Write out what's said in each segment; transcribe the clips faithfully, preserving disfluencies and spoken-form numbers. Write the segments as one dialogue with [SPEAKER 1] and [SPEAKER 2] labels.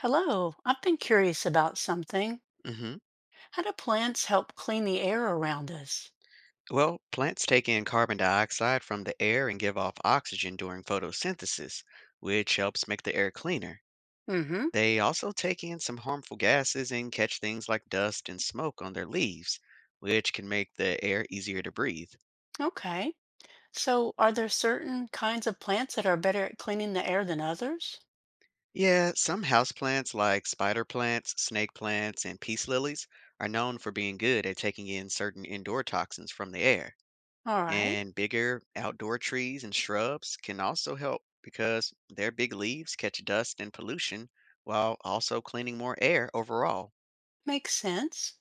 [SPEAKER 1] Hello, I've been curious about something.
[SPEAKER 2] hmm
[SPEAKER 1] How do plants help clean the air around us?
[SPEAKER 2] Well, plants take in carbon dioxide from the air and give off oxygen during photosynthesis, which helps make the air cleaner.
[SPEAKER 1] Mm-hmm.
[SPEAKER 2] They also take in some harmful gases and catch things like dust and smoke on their leaves, which can make the air easier to breathe.
[SPEAKER 1] Okay. So, are there certain kinds of plants that are better at cleaning the air than others?
[SPEAKER 2] Yeah, some houseplants like spider plants, snake plants, and peace lilies are known for being good at taking in certain indoor toxins from the air.
[SPEAKER 1] All right,
[SPEAKER 2] And bigger outdoor trees and shrubs can also help because their big leaves catch dust and pollution while also cleaning more air overall.
[SPEAKER 1] makes sense.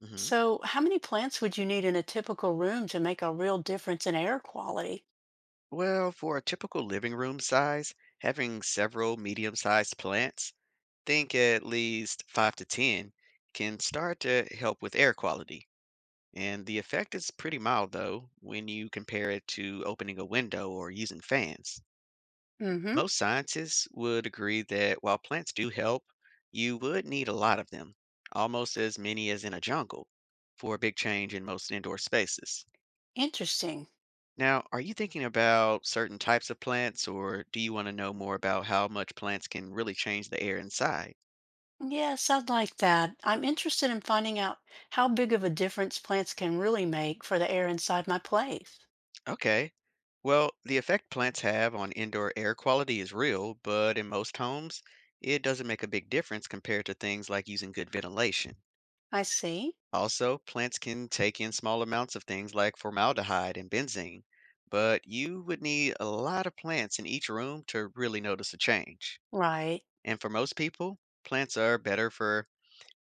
[SPEAKER 2] hmm
[SPEAKER 1] So, how many plants would you need in a typical room to make a real difference in air quality?
[SPEAKER 2] Well, for a typical living room size, having several medium sized plants, think at least five to ten, can start to help with air quality. And the effect is pretty mild though when you compare it to opening a window or using fans.
[SPEAKER 1] Mm-hmm.
[SPEAKER 2] Most scientists would agree that while plants do help, you would need a lot of them, almost as many as in a jungle, for a big change in most indoor spaces.
[SPEAKER 1] Interesting.
[SPEAKER 2] Now, are you thinking about certain types of plants, or do you want to know more about how much plants can really change the air inside?
[SPEAKER 1] Yes, I'd like that. I'm interested in finding out how big of a difference plants can really make for the air inside my place.
[SPEAKER 2] Okay. Well, the effect plants have on indoor air quality is real, but in most homes, it doesn't make a big difference compared to things like using good ventilation.
[SPEAKER 1] I see.
[SPEAKER 2] Also, plants can take in small amounts of things like formaldehyde and benzene, but you would need a lot of plants in each room to really notice a change.
[SPEAKER 1] Right.
[SPEAKER 2] And for most people, plants are better for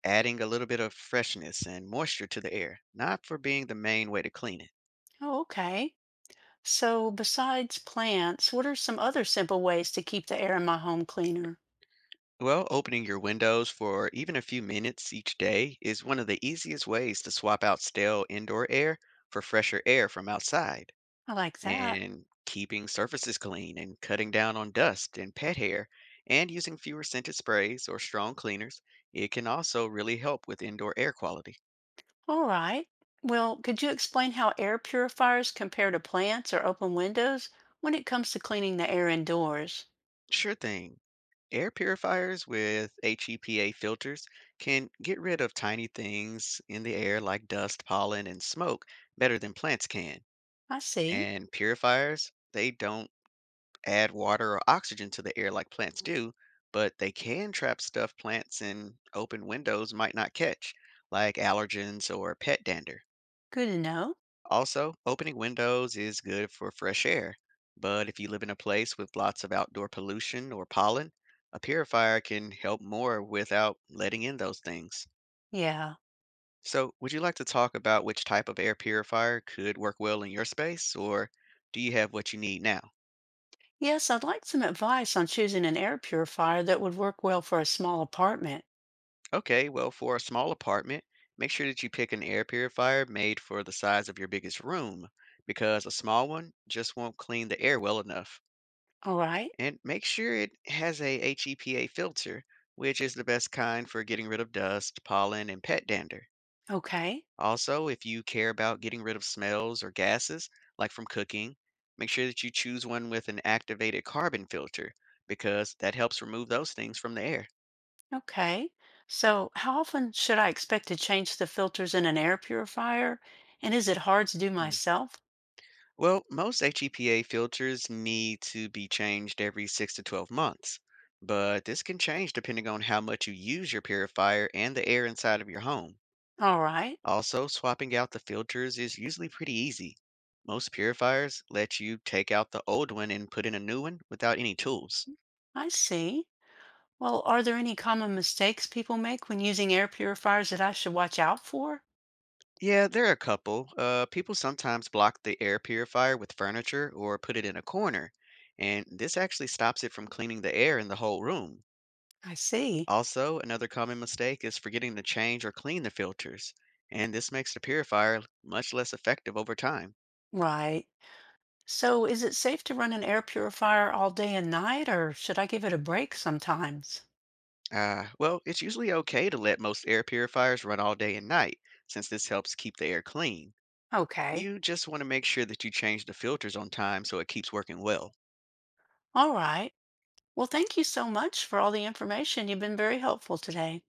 [SPEAKER 2] adding a little bit of freshness and moisture to the air, not for being the main way to clean it.
[SPEAKER 1] Oh, okay. So besides plants, what are some other simple ways to keep the air in my home cleaner?
[SPEAKER 2] Well, opening your windows for even a few minutes each day is one of the easiest ways to swap out stale indoor air for fresher air from outside.
[SPEAKER 1] I like that.
[SPEAKER 2] And keeping surfaces clean and cutting down on dust and pet hair and using fewer scented sprays or strong cleaners, it can also really help with indoor air quality.
[SPEAKER 1] All right. Well, could you explain how air purifiers compare to plants or open windows when it comes to cleaning the air indoors?
[SPEAKER 2] Sure thing. Air purifiers with HEPA filters can get rid of tiny things in the air like dust, pollen, and smoke better than plants can.
[SPEAKER 1] I see.
[SPEAKER 2] And purifiers, they don't add water or oxygen to the air like plants do, but they can trap stuff plants in open windows might not catch, like allergens or pet dander.
[SPEAKER 1] Good to know.
[SPEAKER 2] Also, opening windows is good for fresh air, but if you live in a place with lots of outdoor pollution or pollen, a purifier can help more without letting in those things.
[SPEAKER 1] Yeah.
[SPEAKER 2] So, would you like to talk about which type of air purifier could work well in your space, or do you have what you need now?
[SPEAKER 1] Yes, I'd like some advice on choosing an air purifier that would work well for a small apartment.
[SPEAKER 2] Okay, well, for a small apartment, make sure that you pick an air purifier made for the size of your biggest room because a small one just won't clean the air well enough.
[SPEAKER 1] All right.
[SPEAKER 2] And make sure it has a HEPA filter, which is the best kind for getting rid of dust, pollen, and pet dander.
[SPEAKER 1] Okay.
[SPEAKER 2] Also, if you care about getting rid of smells or gases, like from cooking, make sure that you choose one with an activated carbon filter because that helps remove those things from the air.
[SPEAKER 1] Okay. So, how often should I expect to change the filters in an air purifier? And is it hard to do myself?
[SPEAKER 2] Well, most HEPA filters need to be changed every six to twelve months, but this can change depending on how much you use your purifier and the air inside of your home.
[SPEAKER 1] All right,
[SPEAKER 2] Also, swapping out the filters is usually pretty easy. Most purifiers let you take out the old one and put in a new one without any tools.
[SPEAKER 1] I see. Well, are there any common mistakes people make when using air purifiers that I should watch out for?
[SPEAKER 2] Yeah, there are a couple. Uh, people sometimes block the air purifier with furniture or put it in a corner, and this actually stops it from cleaning the air in the whole room.
[SPEAKER 1] I see.
[SPEAKER 2] Also, another common mistake is forgetting to change or clean the filters, and this makes the purifier much less effective over time.
[SPEAKER 1] Right. So, is it safe to run an air purifier all day and night, or should I give it a break sometimes?
[SPEAKER 2] Uh, well, it's usually okay to let most air purifiers run all day and night, since this helps keep the air clean.
[SPEAKER 1] Okay.
[SPEAKER 2] You just want to make sure that you change the filters on time so it keeps working well.
[SPEAKER 1] All right. Well, thank you so much for all the information. You've been very helpful today.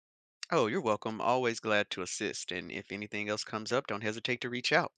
[SPEAKER 2] Oh, you're welcome. Always glad to assist, and if anything else comes up, don't hesitate to reach out.